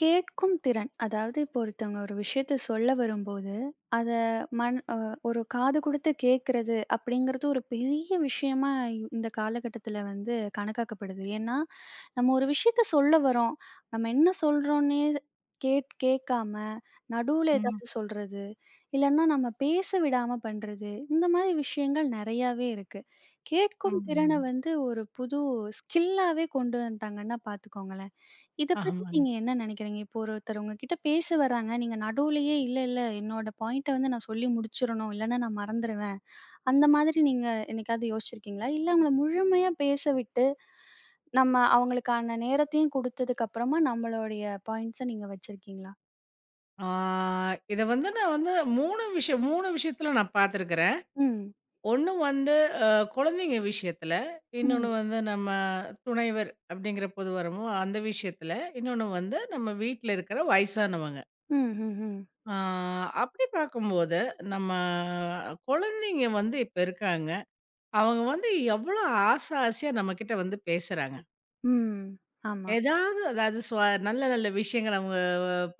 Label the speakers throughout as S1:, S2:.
S1: கேட்கும் திறன். அதாவது இப்போ ஒருத்தவங்க ஒரு விஷயத்த சொல்ல வரும்போது, அத மன் அ ஒரு காது குடுத்து கேட்கறது அப்படிங்கிறது ஒரு பெரிய விஷயமா இந்த காலகட்டத்தில வந்து கணக்காக்கப்படுது. ஏன்னா, நம்ம ஒரு விஷயத்த சொல்ல வரோம். நம்ம என்ன சொல்றோம்னே கேட்காம, நடுவுல
S2: ம்.
S1: ஏதாவது சொல்றது, இல்லன்னா நம்ம பேச விடாம பண்றது, இந்த மாதிரி விஷயங்கள் நெறையாவே இருக்கு. கேட்கும் திறன
S2: ஆமாங்க.
S1: வந்து ஒரு புது ஸ்கில்லாவே கொண்டு வந்துட்டாங்கன்னா பார்த்துக்கோங்களேன். இத பத்தி
S2: ஆமாங்க.
S1: நீங்க என்ன நினைக்கிறீங்க? இப்போ ஒருத்தர் உங்ககிட்ட பேச வராங்க. நீங்க நடுவுலயே இல்ல, இல்ல என்னோட பாயிண்ட்ட வந்து நான் சொல்லி முடிச்சிரணும். இல்லன்னா நான் மறந்துருவேன். அந்த மாதிரி நீங்க என்னைக்காவது யோசிச்சிருக்கீங்களா? இல்ல அவங்கள முழுமையா பேச விட்டு, நம்ம அவங்களுக்கான நேரத்தையும் குடுத்ததுக்கு அப்புறமா நம்மளுடைய பாயிண்ட்ஸ நீங்க வச்சிருக்கீங்களா?
S2: ஆ இத வந்து நான் வந்து 3 விஷயம் 3 விஷயத்துல நான் பார்த்துருக்கிறேன்.
S1: ம்.
S2: ஒண்ணு வந்து அ குழந்தைங்க விஷயத்துல,
S1: ம்.
S2: இன்னொன்னு வந்து நம்ம துணைவர் அப்படிங்கிற போது வரமோ அந்த விஷயத்துல, இன்னொன்னு வந்து நம்ம வீட்ல இருக்கிற வயசானவங்க.
S1: ம். ம். ம்.
S2: ஆ அப்படி பார்க்கும்போது, நம்ம குழந்தைங்க வந்து இப்ப இருக்காங்க. அவங்க வந்து எவ்வளோ ஆசை ஆசையா நம்மகிட்ட வந்து பேசுறாங்க.
S1: ம். ஆமா.
S2: ஏதாவது அதாவது நல்ல நல்ல விஷயங்கள் அவங்க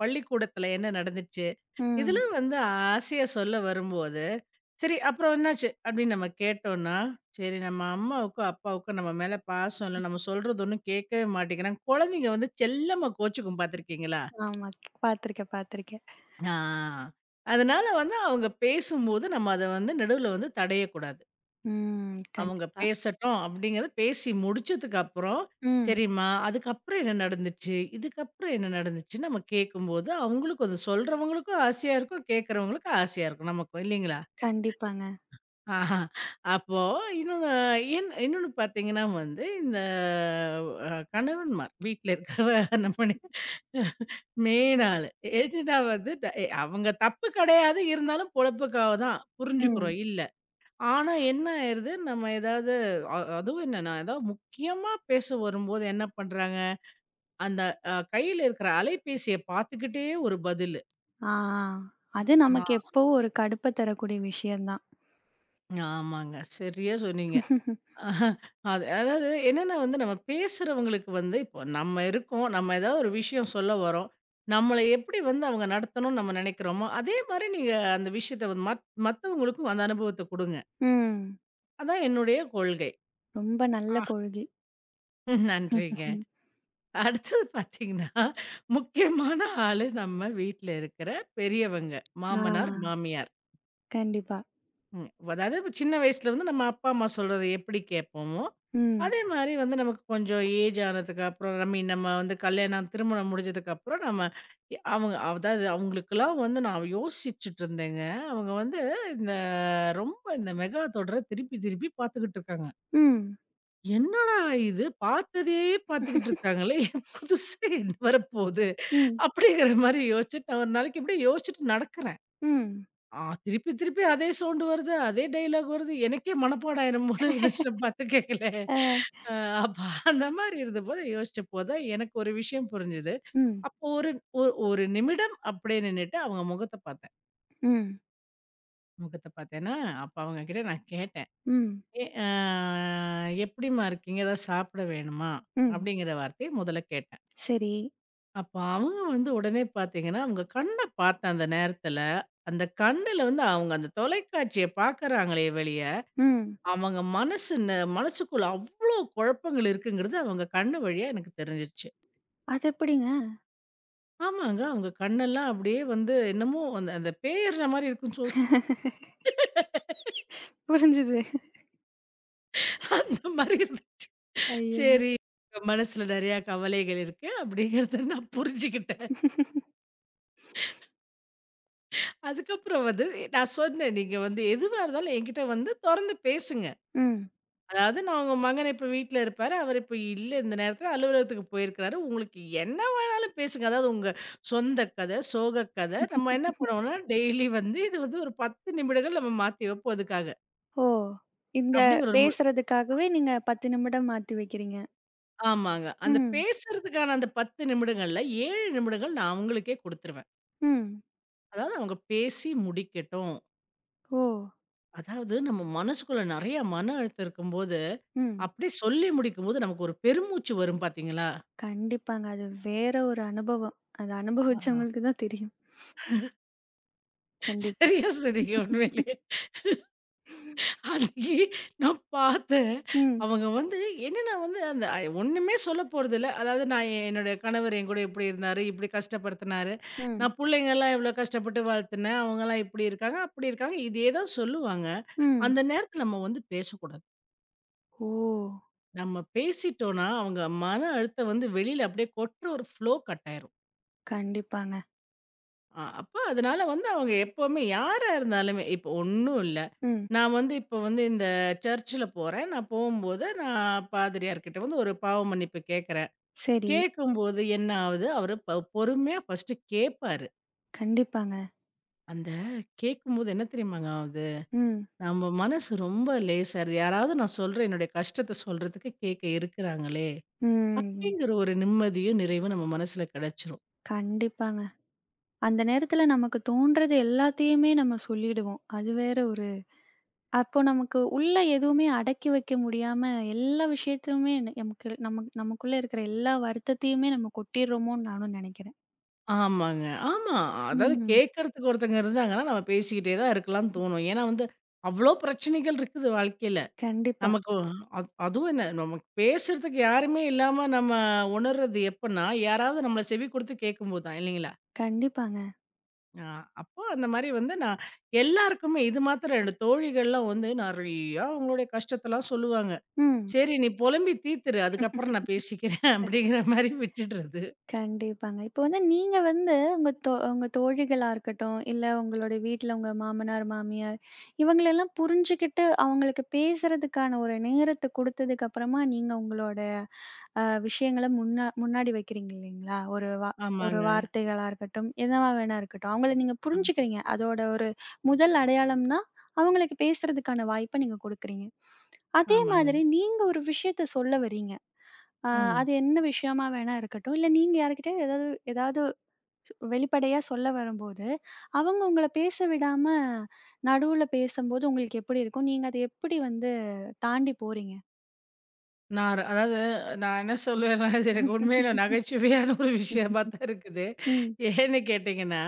S2: பள்ளிக்கூடத்துல என்ன நடந்துச்சு?
S1: ம்.
S2: இதெல்லாம் வந்து ஆசையா சொல்ல வரும்போது, சரி அப்புறம் என்னாச்சு? அப்படின்னு நம்ம கேட்டோம்ன்னா, சரி நம்ம அம்மாவுக்கும், அப்பாவுக்கும் நம்ம மேல பாசம் இல்ல. நம்ம சொல்றது ஒண்ணும் கேட்கவே மாட்டேங்கிறாங்க. குழந்தைங்க வந்து செல்லமா கோச்சுக்கும் பார்த்துருக்கீங்களா?
S1: ஆமா. பாத்துருக்கேன், பாத்துருக்கேன்.
S2: ஆ. அதனால வந்து அவங்க பேசும்போது நம்ம அத வந்து நடுவுல வந்து தடையக்கூடாது.
S1: ம்.
S2: அவங்க
S1: கண்டிப்பா.
S2: பேசட்டும் அப்படிங்கிறத பேசி முடிச்சதுக்கு அப்புறம்,
S1: ம்.
S2: சரிம்மா அதுக்கப்புறம் என்ன நடந்துச்சு? இதுக்கப்புறம் என்ன நடந்துச்சுன்னு நம்ம கேட்கும்போது, அவங்களுக்கும் அது சொல்றவங்களுக்கும் ஆசையா இருக்கும், கேட்கிறவங்களுக்கும் ஆசையா இருக்கும் நமக்கும் இல்லைங்களா?
S1: கண்டிப்பாங்க.
S2: ஆஹா. அப்போ இன்னொன்னு இன்னொன்னு பார்த்தீங்கன்னா வந்து, இந்த கணவன்மார் வீட்ல இருக்கிறவ நம்ம மெயின் ஆளு. ஏஜெண்டா வந்து ட எ அவங்க தப்பு கிடையாது. இருந்தாலும் பொழப்புக்காக தான்
S1: ம்.
S2: புரிஞ்சுக்கிறோம், இல்ல. ஆனா என்ன ஆயிருது, நம்ம ஏதாவது அதுவும் என்னன்னா, ஏதாவது முக்கியமா பேச வரும்போது என்ன பண்றாங்க, அந்த கையில இருக்கிற அலைபேசிய பார்த்துக்கிட்டே ஒரு பதிலு.
S1: ஆ, ஆ. அது
S2: ஆ.
S1: நமக்கு எப்பவும் ஒரு கடுப்ப தரக்கூடிய விஷயம் தான்.
S2: ஆமாங்க. சரியா சொன்னீங்க. அஹ, அது அதாவது என்னன்னா வந்து நம்ம பேசுறவங்களுக்கு வந்து இப்போ நம்ம இருக்கோம். நம்ம ஏதாவது ஒரு விஷயம் சொல்ல வரோம். நம்மள எப்படி வந்து அவங்க நடத்தணும்னு நம்ம நினைக்கிறோமோ, அதே மாரி நீங்க அந்த விஷயத்த வந்து மத்தவங்களுக்கும் அந்த அனுபவத்த குடுங்க.
S1: ம்.
S2: அதான் என்னுடைய கொள்கை.
S1: ரொம்ப நல்ல
S2: ஆ.
S1: கொள்கை.
S2: நன்றிங்க.
S1: ம்.
S2: அடுத்தது பார்த்தீங்கன்னா, முக்கியமான ஆளு நம்ம வீட்ல இருக்கிற பெரியவங்க. மாமனார்,
S1: ஆ
S2: மாமியார்.
S1: கண்டிப்பா.
S2: ம். அதாவது இப்ப சின்ன வயசுல வந்து நம்ம அப்பா, அம்மா சொல்றத எப்படி கேட்போமோ,
S1: ம்.
S2: அதே மாரி வந்து நமக்கு கொஞ்சம் ஏஜ் ஆனதுக்கு அப்புறம், ஐ மீன் நம்ம வந்து கல்யாணம் திருமணம் முடிஞ்சதுக்கப்புறம் நம்ம அவங்க அதாவது அவங்களுக்கெல்லாம் வந்து நான் யோசிச்சுட்டு இருந்தேங்க. அவங்க வந்து இந்த ரொம்ப இந்த மெகா தொடர திருப்பி திருப்பி பார்த்துக்கிட்டு இருக்காங்க.
S1: ம்.
S2: என்னடா இது பார்த்ததே பார்த்துக்கிட்டு இருக்காங்களே! புதுசா என்ன வரப்போது?
S1: ம்.
S2: அப்படிங்கிற மாரி யோசிச்சுட்டு நான் ஒரு நாளைக்கு இப்படியே யோசிச்சுட்டு நடக்கிறேன்.
S1: ம்.
S2: ஆ திருப்பி, திருப்பி அதே சவுண்ட் வருது. அதே டயலாக் வருது. எனக்கே மனப்பாடம் ஆயிரும் போல இருந்துச்சு நான் பாட்டு கேட்கல.
S1: அ.
S2: அ அப்ப அந்த மாரி இருந்தபோது யோசிச்சப்போ தான் எனக்கு ஒரு விஷயம் புரிஞ்சது.
S1: ம்.
S2: அப்போ ஒரு ஒ ஒரு நிமிடம் அப்படியே நின்னுட்டு அவங்க முகத்த பார்த்தேன்.
S1: ம்.
S2: முகத்த பார்த்தேன்னா, அப்ப அவங்க கிட்ட நான் கேட்டேன்.
S1: ம்.
S2: எ அ "எப்படிம்மா இருக்கீங்க? ஏதாவது சாப்பிட வேணுமா?"
S1: ம்.
S2: அப்படிங்கிற வார்த்தைய முதல்ல கேட்டேன்.
S1: சரி.
S2: அப்ப அவங்க வந்து உடனே பார்த்தீங்கன்னா, அவங்க கண்ண பார்த்தேன் அந்த நேரத்துல. அந்த கண்ணுல வந்து அவங்க அந்த தொலைக்காட்சிய பார்க்குறாங்களே வெளிய
S1: ம்.
S2: அவங்க மனசு மனசுக்குள்ள அவ்ளோ குழப்பங்கள் இருக்குங்கிறது அவங்க கண்ணு வழியா எனக்கு தெரிஞ்சிருச்சு.
S1: அது எப்படிங்க?
S2: ஆமாங்க. அவங்க கண்ணெல்லாம் அப்படியே வந்து என்னமோ அந்த அந்த பேயர்ற மாரி இருக்குன்னு சொல்லுவோம்.
S1: புரிஞ்சுது.
S2: அந்த மாரி இருந்துச்சு.
S1: ஐயோ!
S2: சரி. உங்க மனசுல நெறையா கவலைகள் இருக்கு அப்படிங்கிறத நான் புரிஞ்சுக்கிட்டேன். அதுக்கப்புறம் வந்து நான் சொன்னேன், நீங்க வந்து எதுவா இருந்தாலும் என்கிட்ட வந்து தொறந்து பேசுங்க.
S1: ம்.
S2: அதாவது நான் உங்க மகன் இப்ப வீட்ல இருப்பாரு. அவரு இப்ப இல்ல இந்த நேரத்துல அலுவலகத்துக்கு போயிருக்கிறாரு. உங்களுக்கு என்ன வேணாலும் பேசுங்க. அதாவது உங்க சொந்த கதை, சோக கதை. நம்ம என்ன பண்ணுவோம்னா, டெய்லி வந்து இது வந்து ஒரு 10 நிமிடங்கள் நம்ம மாத்தி வைப்போம் அதுக்காக.
S1: ஓ! இந்த
S2: அப்படிங்கிற ஒரு
S1: பேசுறதுக்காகவே நீங்க 10 நிமிடம் மாத்தி வைக்கிறீங்க.
S2: ஆமாங்க. அந்த
S1: ம்.
S2: பேசுறதுக்கான அந்த 10 நிமிடங்கள்ல 7 நிமிடங்கள் நான் அவங்களுக்கே குடுத்துருவேன்.
S1: ம்.
S2: அதாவது அவங்க பேசி முடிக்கட்டும்.
S1: ஓ!
S2: அதாவது நம்ம மனசுக்குள்ள நெறைய மன அழுத்தம் இருக்கும்போது,
S1: ம்.
S2: அப்படியே சொல்லி முடிக்கும்போது நமக்கு ஒரு பெருமூச்சு வரும் பாத்தீங்களா?
S1: கண்டிப்பாங்க. அது வேற ஒரு அனுபவம். அது
S2: ஆ.
S1: அனுபவிச்சவங்களுக்கு தான் தெரியும். கண்டிப்பா.
S2: சரியா சொன்னீங்க உண்மையிலே. அன்னைக்கு நான் பார்த்தேன்.
S1: ம்,
S2: அவங்க வந்து என்னன்னா வந்து அந்த ஒண்ணுமே சொல்ல போறதில்ல. அதாவது நான் என்னுடைய கணவர் என்கூட இப்படி இருந்தாரு, இப்படி கஷ்டப்படுத்தினாரு.
S1: ம்,
S2: நான் புள்ளைங்கலாம் எவ்வளோ கஷ்டப்பட்டு வளர்த்துனேன். அவங்கலாம் இப்படி இருக்காங்க, அப்படி இருக்காங்க. இதே தான் சொல்லுவாங்க.
S1: ம்.
S2: அந்த நேரத்தில நம்ம வந்து பேசக்கூடாது.
S1: ஓ!
S2: நம்ம பேசிட்டோம்னா, அவங்க மன அழுத்தம் வந்து வெளியில அப்படியே கொட்டுற ஒரு ஃப்ளோ கட் ஆயிரும்.
S1: கண்டிப்பாங்க.
S2: அப்ப அதனால வந்து அவங்க எப்பவுமே யாரா இருந்தாலுமே இப்போ ஒண்ணும் இல்ல.
S1: ம்.
S2: நான் வந்து இப்போ வந்து இந்த சர்ச்சுல போறேன். நான் போம்போது நான் பாதிரியார்கிட்ட வந்து ஒரு பாவ மன்னிப்பு கேட்கிறேன்.
S1: சரி.
S2: கேட்கும்போது என்ன ஆவுது, அவரு பொறுமையா ஃபர்ஸ்ட்டு கேட்பாரு.
S1: கண்டிப்பாங்க.
S2: அந்த கேட்கும்போது என்ன தெரியுமாங்க ஆவுது,
S1: ம்,
S2: நம்ம மனசு ரொம்ப லேசாயிருது. யாராவது நான் சொல்ற என்னுடைய கஷ்டத்த சொல்றதுக்கு கேட்க இருக்கிறாங்களே!
S1: ம்.
S2: அப்படிங்கிற ஒரு நிம்மதியும், நிறைவும் நம்ம மனசுல கிடைச்சிரும்.
S1: கண்டிப்பாங்க. அந்த நேரத்துல நமக்கு தோன்றது எல்லாத்தையுமே நம்ம சொல்லிடுவோம். அது வேற ஒரு அப்போ நமக்கு உள்ள எதுவுமே அடக்கி வைக்க முடியாம எல்லா விஷயத்தையுமே நமக்கு நமக்கு நமக்குள்ள இருக்கிற எல்லா வருத்தத்தையுமே நம்ம கொட்டிடுறோமோன்னு நானும் நெனைக்கிறேன்.
S2: ஆமாங்க. ஆமா. அதாவது
S1: ம்.
S2: கேட்கறதுக்கு ஒருத்தங்க இருந்தாங்கன்னா, நம்ம பேசிக்கிட்டே தான் இருக்கலாம்னு தோணும். ஏன்னா வந்து, அவ்ளோ பிரச்சனைகள் இருக்குது வாழ்க்கையில.
S1: கண்டிப்பா.
S2: நமக்கு அது அதுவும் என்ன நமக்கு பேசுறதுக்கு யாருமே இல்லாம நம்ம உணர்றது எப்பன்னா, யாராவது நம்மள செவி குடுத்து கேட்கும்போது தான் இல்லைங்களா?
S1: கண்டிப்பாங்க.
S2: அ அப்போ அந்த மாரி வந்து நான் எல்லாருக்குமே இது மாத்திரம் என்னோட தோழிகள்லாம் வந்து நெறையா அவங்களுடைய கஷ்டத்தலாம் சொல்லுவாங்க.
S1: ம்.
S2: சரி நீ புலம்பி தீத்துரு. அதுக்கப்புறம் நான் பேசிக்கிறேன் அப்படிங்கிற மாரி விட்டுடுறது.
S1: கண்டிப்பாங்க. இப்போ வந்து நீங்க வந்து உங்க தோழிகளா இருக்கட்டும், இல்ல உங்களோட வீட்ல உங்க மாமனார், மாமியார் இவங்களெல்லாம் புரிஞ்சுகிட்டு, அவங்களுக்கு பேசுறதுக்கான ஒரு நேரத்த குடுத்ததுக்கு அப்புறமா, நீங்க உங்களோட விஷயங்கள முன்னாடி வைக்கிறீங்க இல்லைங்களா? ஒரு
S2: ஆமாங்க.
S1: வார்த்தைகளா இருக்கட்டும், எதுவா வேணா இருக்கட்டும். அவங்கள நீங்க
S2: ஆ
S1: புரிஞ்சுக்கிறீங்க. அதோட ஒரு முதல் அடையாளம்னா, அவங்களுக்கு பேசுறதுக்கான வாய்ப்ப நீங்க குடுக்குறீங்க. அதே
S2: ஆமாங்க.
S1: மாதிரி நீங்க ஒரு விஷயத்த சொல்ல வரீங்க. ஆ
S2: ம்.
S1: அது என்ன விஷயமா வேணா இருக்கட்டும். இல்ல நீங்க யார்கிட்டயாவது ஏதாவது ஏதாவது வெளிப்படையா சொல்ல வரும்போது, அவங்க உங்கள பேச விடாம நடுவுல பேசம்போது உங்களுக்கு எப்படி இருக்கும்? நீங்க அத எப்படி வந்து தாண்டி போறீங்க?
S2: நான் அதாவது நான் என்ன சொல்லுவேன்னா, இது எனக்கு உண்மையில நகைச்சுவையான ஒரு விஷயமா தான் இருக்குது.
S1: ம்.
S2: ஏன்னு கேட்டீங்கன்னா,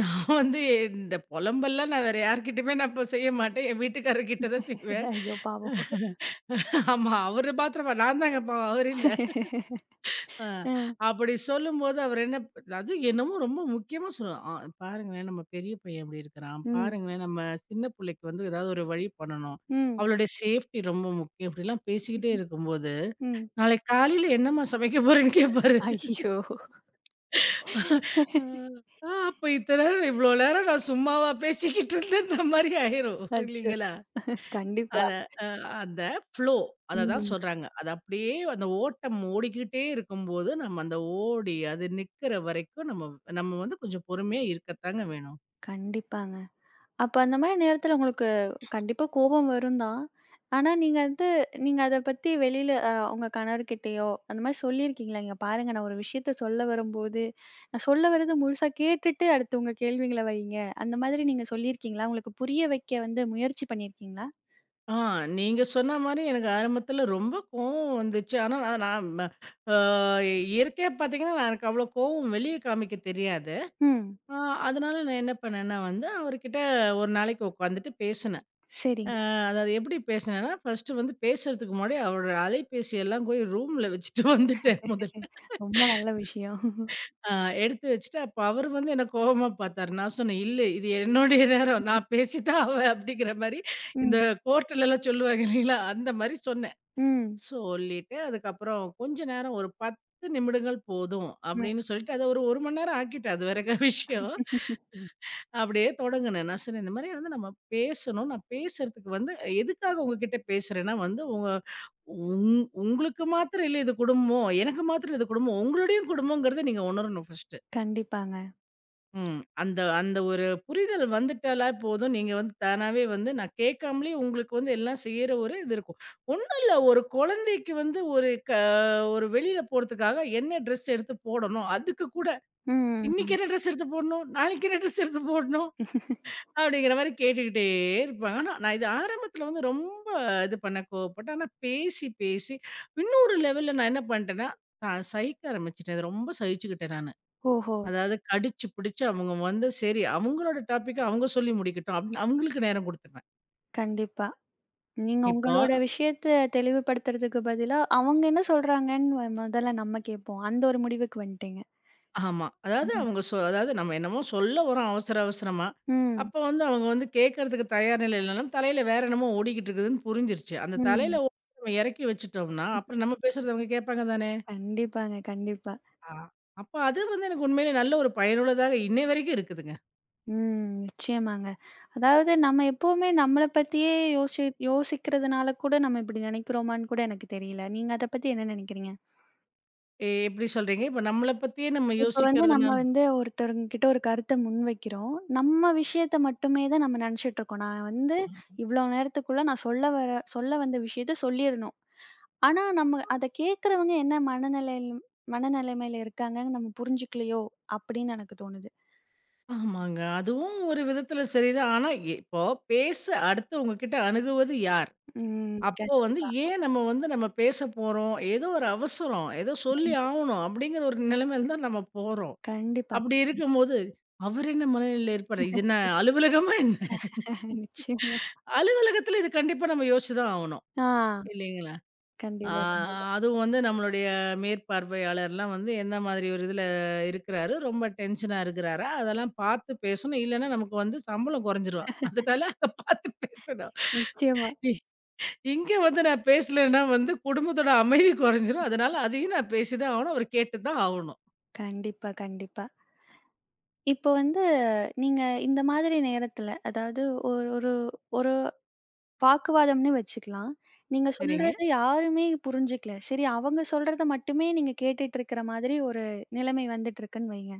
S2: நான் வந்து இந்த புலம்பல்லாம் நான் வேற யார்கிட்டயுமே நான் இப்ப செய்ய மாட்டேன். என் வீட்டுக்காரர்கிட்ட தான் செய்வேன்.
S1: ஐயோ பாவம்!
S2: ஆமா, அவரு மாத்திரமா நான் தாங்க பாவம் அவரு இல்ல. அ
S1: அ.
S2: அப்படி சொல்லும்போது அவர் என்ன அது என்னமோ ரொம்ப முக்கியமா சொல்லுவார். "ஆ பாருங்களேன் நம்ம பெரிய பையன் இப்படி இருக்கிறான்.
S1: ம்.
S2: பாருங்களேன் நம்ம சின்ன புள்ளைக்கு வந்து ஏதாவது ஒரு வழி பண்ணணும்.
S1: ம்.
S2: அவளுடைய சேஃப்டி ரொம்ப முக்கியம்." இப்படிலாம் பேசிக்கிட்டே இருக்கும்போது,
S1: ம்.
S2: நாளைக்கு காலையில என்னம்மா சமைக்க போறேன்னு கேட்பாரு.
S1: ஐயோ!
S2: ஆ, ஆ, அப்ப இத்தன நேரம் இவ்ளோ நேரம் நான் சும்மாவா பேசிக்கிட்டு இருந்தேன்ற மாரி ஆயிரும்
S1: அச்சோ!
S2: இல்லைங்களா?
S1: கண்டிப்பா.
S2: அத அ அந்த ஃப்ளோ அத தான்
S1: ம்.
S2: சொல்றாங்க. அது அப்படியே அந்த ஓட்டம் ஓடிக்கிட்டே இருக்கும்போது, நம்ம அந்த ஓடி அது நிக்கிற வரைக்கும் நம்ம நம்ம வந்து கொஞ்சம் பொறுமையா இருக்கத்தாங்க வேணும்.
S1: கண்டிப்பாங்க. அப்ப அந்த மாரி நேரத்துல உங்களுக்கு கண்டிப்பா கோபம் வரும் தான். ஆனா நீங்க வந்து நீங்க அத பத்தி வெளியில உங்க கணவர்கிட்டயோ, அந்த மாரி சொல்லியிருக்கீங்களா? "இங்க பாருங்க நான் ஒரு விஷயத்த சொல்ல வரும்போது, நான் சொல்ல வர்றது முழுசா கேட்டுட்டு அடுத்து உங்க கேள்விங்கள வையுங்க." அந்த மாதிரி நீங்க சொல்லியிருக்கீங்களா? உங்களுக்கு புரிய வைக்க வந்து முயற்சி பண்ணியிருக்கீங்களா?
S2: ஆ நீங்க சொன்ன மாரி எனக்கு ஆரம்பத்துல ரொம்ப கோவம் வந்துச்சு. ஆனா நான் நான் ம அ இயற்கையா பார்த்தீங்கன்னா, நான் எனக்கு அவ்வளோ கோவம் வெளிய காமிக்க தெரியாது.
S1: ம்.
S2: ஆ அதனால நான் என்ன பண்ணேன்னா வந்து, அவர்கிட்ட ஒரு நாளைக்கு உட்காந்துட்டு பேசினேன்.
S1: சரிங்க.
S2: அதாவது எப்படி பேசினேன்னா, ஃபர்ஸ்ட்டு வந்து பேசுறதுக்கு முன்னாடி அவரோட அலைபேசி எல்லாம் போய் ரூம்ல வச்சுட்டு வந்துட்டேன் முதல்ல.
S1: ரொம்ப நல்ல விஷயம்.
S2: அ எடுத்து வச்சுட்டு அப்ப அவரு வந்து என்ன கோவமா பார்த்தாரு. நான் சொன்னேன், "இல்ல இது என்னுடைய நேரம். நான் பேசி தான் ஆவேன்." அப்படிங்கிற மாரி இந்த
S1: ம்.
S2: கோர்ட்லலாம் சொல்லுவாங்க இல்லைங்களா? அந்த மாரி சொன்னேன்.
S1: ம்.
S2: சொல்லிட்டு அதுக்கப்புறம் கொஞ்ச நேரம் ஒரு 10 நிமிடங்கள் போதும்
S1: ம்.
S2: அப்படின்னு சொல்லிட்டு, அத ஒரு 1 மணி நேரம் ஆக்கிட்டேன். அது வேற விஷயம். அப்படியே தொடங்குனேன். நான் சொன்னேன், இந்த மாரி வந்து நம்ம பேசணும். நான் பேசுறதுக்கு வந்து எதுக்காக உங்ககிட்ட பேசுறேன்னா வந்து, உங்க உங்களுக்கு மாத்திரம் இல்ல இது குடும்பம். எனக்கு மாத்திரம் இது குடும்பம். உங்களுடையும் குடும்பம்ங்கிறத நீங்க உணரணும் ஃபர்ஸ்ட்டு.
S1: கண்டிப்பாங்க.
S2: ம். அந்த அந்த ஒரு புரிதல் வந்துட்டாலே போதும். நீங்க வந்து தானாவே வந்து நான் கேட்காமலே உங்களுக்கு வந்து எல்லாம் செய்யற ஒரு இது இருக்கும். ஒண்ணும் இல்ல ஒரு குழந்தைக்கு வந்து ஒரு வெளியில போறதுக்காக என்ன ட்ரெஸ் எடுத்து போடணும். அதுக்கு கூட
S1: ம்.
S2: இன்னைக்கு
S1: ம்.
S2: என்ன ட்ரெஸ் எடுத்து போடணும், நாளைக்கு என்ன ட்ரெஸ் எடுத்து போடணும். அப்படிங்கிற மாரி கேட்டுக்கிட்டே இருப்பாங்க. ஆனா, நான் இது ஆரம்பத்துல வந்து ரொம்ப இது பண்ண கோவப்பட்டேன். ஆனா பேசி, பேசி இன்னொரு லெவல்ல நான் என்ன பண்ணிட்டேன்னா, நான் சகிக்க ஆரம்பிச்சுட்டேன். இத ரொம்ப சகிச்சுக்கிட்டேன் நானு.
S1: ஓஹோ!
S2: அதாவது கடிச்சு பிடிச்சு அவங்க வந்து சரி அவங்களோட டாபிக்க அவங்க சொல்லி முடிக்கட்டும் அப்படின்னு அவங்களுக்கு நேரம் குடுத்துருவேன்.
S1: கண்டிப்பா. நீங்க
S2: இப்போ
S1: உங்களோட விஷயத்த தெளிவுபடுத்துறதுக்கு பதிலா, அவங்க என்ன சொல்றாங்கன்னு முதல்ல நம்ம கேட்போம். அந்த ஒரு முடிவுக்கு வந்துட்டீங்க.
S2: ஆமா. அதாவது
S1: ம்.
S2: அவங்க அதாவது நம்ம என்னமோ சொல்ல வரோம் அவசர அவசரமா.
S1: ம்.
S2: அப்ப வந்து அவங்க வந்து கேட்கறதுக்கு தயார் நிலையில இல்லனாலும் தலையில வேற என்னமோ ஓடிக்கிட்டு இருக்குதுன்னு புரிஞ்சிருச்சு. அந்த
S1: ம்.
S2: தலையில ஓடி நம்ம இறக்கி வச்சுட்டோம்னா, அப்புறம் நம்ம பேசுறத அவங்க கேட்பாங்க தானே!
S1: கண்டிப்பாங்க, கண்டிப்பா.
S2: ஆ. அப்ப அது வந்து எனக்கு உண்மையிலே நல்ல ஒரு பயனுள்ளதாக இன்னை வரைக்கும் இருக்குதுங்க.
S1: ம். நிச்சயமாங்க. அதாவது நம்ம எப்பவுமே நம்மள பத்தியே யோசி யோசிக்கிறதுனால கூட நம்ம இப்படி நினைக்கிறோமான்னு கூட எனக்கு தெரியல. நீங்க அத பத்தி என்ன நினைக்கிறீங்க?
S2: எப்படி சொல்றீங்க? இப்ப நம்மள பத்தியே நம்ம
S1: இப்ப வந்து நம்ம
S2: யோசிக்கிறதுனால
S1: வந்து ஒருத்தவங்க கிட்ட ஒரு கருத்த முன்வைக்கிறோம். நம்ம விஷயத்த மட்டுமே தான் நம்ம நினைச்சிட்டு இருக்கோம். நான் வந்து இவ்வளோ நேரத்துக்குள்ள நான் சொல்ல வந்த விஷயத்த சொல்லிறணும். ஆனா, நம்ம அத கேட்கிறவங்க என்ன மனநிலைமையில இருக்காங்கன்னு நம்ம புரிஞ்சுக்கலையோ! அப்படின்னு எனக்கு தோணுது.
S2: ஆமாங்க. அதுவும் ஒரு விதத்துல சரிதான். ஆனா, இப்போ பேச அடுத்தவங்க கிட்ட அணுகுவது யார்?
S1: ம்.
S2: அப்போ வந்து
S1: கண்டிப்பா.
S2: ஏன் நம்ம வந்து நம்ம பேச போறோம்? ஏதோ ஒரு அவசரம், ஏதோ சொல்லி
S1: ம்.
S2: ஆவணும் அப்படிங்கிற ஒரு நிலைமையில தான் நம்ம போறோம்.
S1: கண்டிப்பா.
S2: அப்படி
S1: கண்டிப்பா.
S2: இருக்கும்போது, அவர் என்ன மனநிலையில இருப்பாரு? இது என்ன அலுவலகமா என்ன?
S1: நிச்சயமா.
S2: அலுவலகத்துல இது கண்டிப்பா நம்ம யோசிச்சு தான் ஆவணும்.
S1: ஆ.
S2: இல்லைங்களா? ஆ
S1: கண்டிப்பா, கண்டிப்பா.
S2: அதுவும் வந்து நம்மளுடைய மேற்பார்வையாளர்லாம் வந்து எந்த மாதிரி ஒரு இதுல இருக்கிறாரு, ரொம்ப டென்ஷனா இருக்கிறாரா, அதெல்லாம் பார்த்து பேசணும். இல்லன்னா நமக்கு வந்து சம்பளம் குறைஞ்சிரும். அதனால அத பார்த்து பேசணும்.
S1: நிச்சயமா.
S2: இ இங்க வந்து நான் பேசலன்னா வந்து குடும்பத்தோட அமைதி குறைஞ்சிரும். அதனால அதையும் நான் பேசி தான் ஆவணும். அவரு கேட்டு தான் ஆவணும்.
S1: கண்டிப்பா, கண்டிப்பா. இப்போ வந்து நீங்க இந்த மாதிரி நேரத்துல, அதாவது ஒரு ஒரு ஒரு வாக்குவாதம்னு வச்சுக்கலாம். நீங்க
S2: சரிங்க,
S1: சொல்றத யாருமே புரிஞ்சுக்கல. சரி அவங்க சொல்றத மட்டுமே நீங்க கேட்டுட்டு இருக்கிற மாதிரி ஒரு நிலைமை வந்துட்டு இருக்குன்னு வைங்க.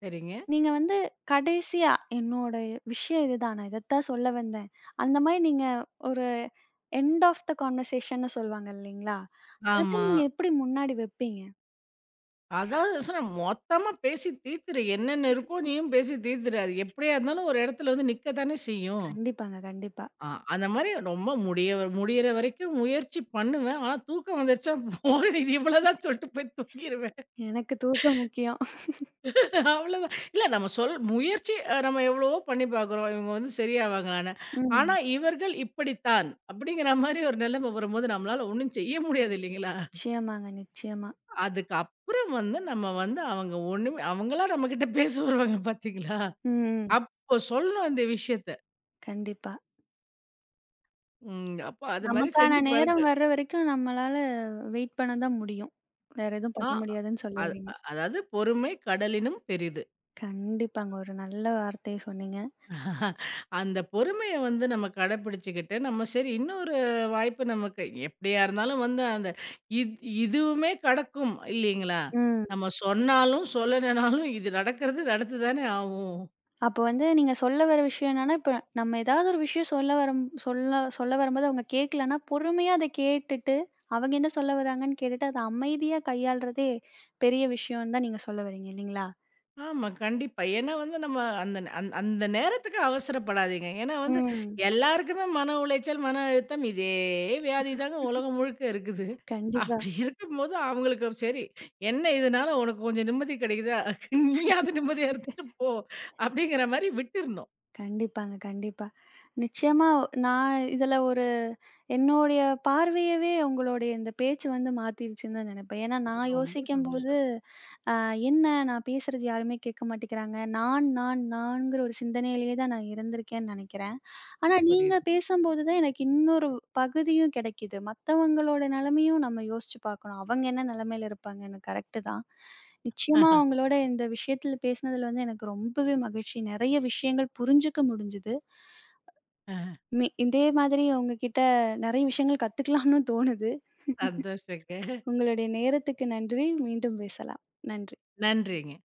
S2: சரிங்க.
S1: நீங்க வந்து கடைசியா என்னோட விஷயம் இதுதான். நான் இதத்தான் சொல்ல வந்தேன். அந்த மாரி நீங்க ஒரு எண்ட் ஆஃப் த கான்வர்சேஷன்னு சொல்லுவாங்க இல்லீங்களா? அத
S2: ஆமா.
S1: நீங்க எப்படி முன்னாடி வைப்பீங்க?
S2: அதாவது சொன்னேன் மொத்தமா பேசி தீர்த்துரு. என்னென்ன இருக்கோ நீயும் பேசி தீர்த்துரு. அது எப்படியா இருந்தாலும் ஒரு இடத்துல வந்து நிக்க தானே செய்யும்.
S1: கண்டிப்பாங்க, கண்டிப்பா.
S2: ஆ, அந்த மாரி ரொம்ப முடியிற வரைக்கும் முயற்சி பண்ணுவேன். ஆனா தூக்கம் வந்துருச்சா போதும் இது இவ்வளோதான் சொல்ட்டு போய் தூங்கிருவேன்.
S1: எனக்கு தூக்கம் முக்கியம்.
S2: அவ்வளோதான். இல்ல நம்ம முயற்சி நம்ம எவ்வளவோ பண்ணி பார்க்குறோம். இவங்க வந்து சரியாவாங்களான்னு.
S1: ம்.
S2: ஆனா இவர்கள் இப்படித்தான் அப்படிங்கிற மாரி ஒரு நிலைமை வரும்போது நம்மளால ஒண்ணும் செய்ய முடியாது இல்லைங்களா?
S1: நிச்சயமாங்க, நிச்சயமா.
S2: அதுக்கப்புறம் வந்து நம்ம வந்து அவங்க ஒண்ணுமே அவங்களா நம்மகிட்ட பேச வருவாங்க பார்த்தீங்களா?
S1: ம்.
S2: அப்போ சொல்லணும் இந்த விஷயத்த.
S1: கண்டிப்பா.
S2: ம். அப்போ அது மாரி
S1: நமக்கான
S2: செஞ்சு பாருங்க.
S1: நேரம் வர்ற வரைக்கும் நம்மளால வெயிட் பண்ண தான் முடியும். வேற எதுவும்
S2: ஆ
S1: பண்ண முடியாதுன்னு சொல்ல
S2: அது
S1: வர்றீங்க.
S2: அதாவது பொறுமை கடலினும் பெரிது.
S1: கண்டிப்பாங்க. ஒரு நல்ல வார்த்தைய சொன்னீங்க.
S2: அந்த பொறுமைய வந்து நம்ம கடைப்பிடிச்சுக்கிட்டு, நம்ம சரி இன்னொரு வாய்ப்பு நமக்கு எப்படியா இருந்தாலும் வந்து அந்த இத் இதுவுமே கடக்கும் இல்லைங்களா?
S1: ம்.
S2: நம்ம சொன்னாலும், சொல்லலனாலும் இது நடக்கிறது நடத்து தானே ஆகும்.
S1: அப்போ வந்து நீங்க சொல்ல வர விஷயம் என்னன்னா, இப்ப நம்ம ஏதாவது ஒரு விஷயம் சொல்ல வரும்போது அவங்க கேட்கலன்னா, பொறுமையா அத கேட்டுட்டு, அவங்க என்ன சொல்ல வராங்கன்னு கேட்டுட்டு, அத அமைதியா கையாள்றதே பெரிய விஷயம்னு தான் நீங்க சொல்ல வரீங்க இல்லைங்களா?
S2: ஆமா. கண்டிப்பா. ஏன்னா வந்து நம்ம அந்த அந்த நேரத்துக்கு அவசரப்படாதீங்க. ஏன்னா வந்து
S1: ம்.
S2: எல்லாருக்குமே மன உளைச்சல், மன அழுத்தம் இதே வியாதி தாங்க உலகம் முழுக்க இருக்குது.
S1: கண்டிப்பா.
S2: அப்படி இருக்கும்போது அவங்களுக்கு சரி என்ன இதனால உனக்கு கொஞ்சம் நிம்மதி கிடைக்குதா? நீயாவது நிம்மதியா இருந்துட்டு போ. அப்படிங்கிற மாரி விட்டுறணும்.
S1: கண்டிப்பாங்க, கண்டிப்பா. நிச்சயமா நான் இதுல ஒரு என்னுடைய பார்வையவே உங்களுடைய இந்த பேச்சு வந்து மாத்திருச்சுன்னு தான் நெனைப்பேன். ஏன்னா நான்
S2: ரொம்ப
S1: யோசிக்கும்போது
S2: சந்தோஷம்.
S1: அ என்ன நான் பேசுறது யாருமே கேட்க மாட்டேங்கிறாங்க. நான், நான், நான்ங்கிற ஒரு சிந்தனையிலேயே தான் நான் இருந்திருக்கேன்னு நெனைக்கிறேன். ஆனா நீங்க
S2: புரியுது.
S1: பேசம்போது தான் எனக்கு இன்னொரு பகுதியும் கெடைக்குது. மத்தவங்களோட நெலைமையும் நம்ம யோசிச்சு பார்க்கணும். அவங்க என்ன நெலைமையில இருப்பாங்கன்னு. கரெக்ட்டு தான். நிச்சயமா
S2: ஆஹா,
S1: உங்களோட இந்த விஷயத்துல பேசினதுல வந்து எனக்கு ரொம்பவே மகிழ்ச்சி. நெறைய விஷயங்கள் புரிஞ்சுக்க முடிஞ்சுது.
S2: ஆஹா.
S1: இதே மாதிரி உங்ககிட்ட நெறைய விஷயங்கள் கத்துக்கலாம்னு தோணுது.
S2: சந்தோஷங்க.
S1: உங்களுடைய நேரத்துக்கு நன்றி. மீண்டும் பேசலாம். நன்றி.
S2: நன்றிங்க.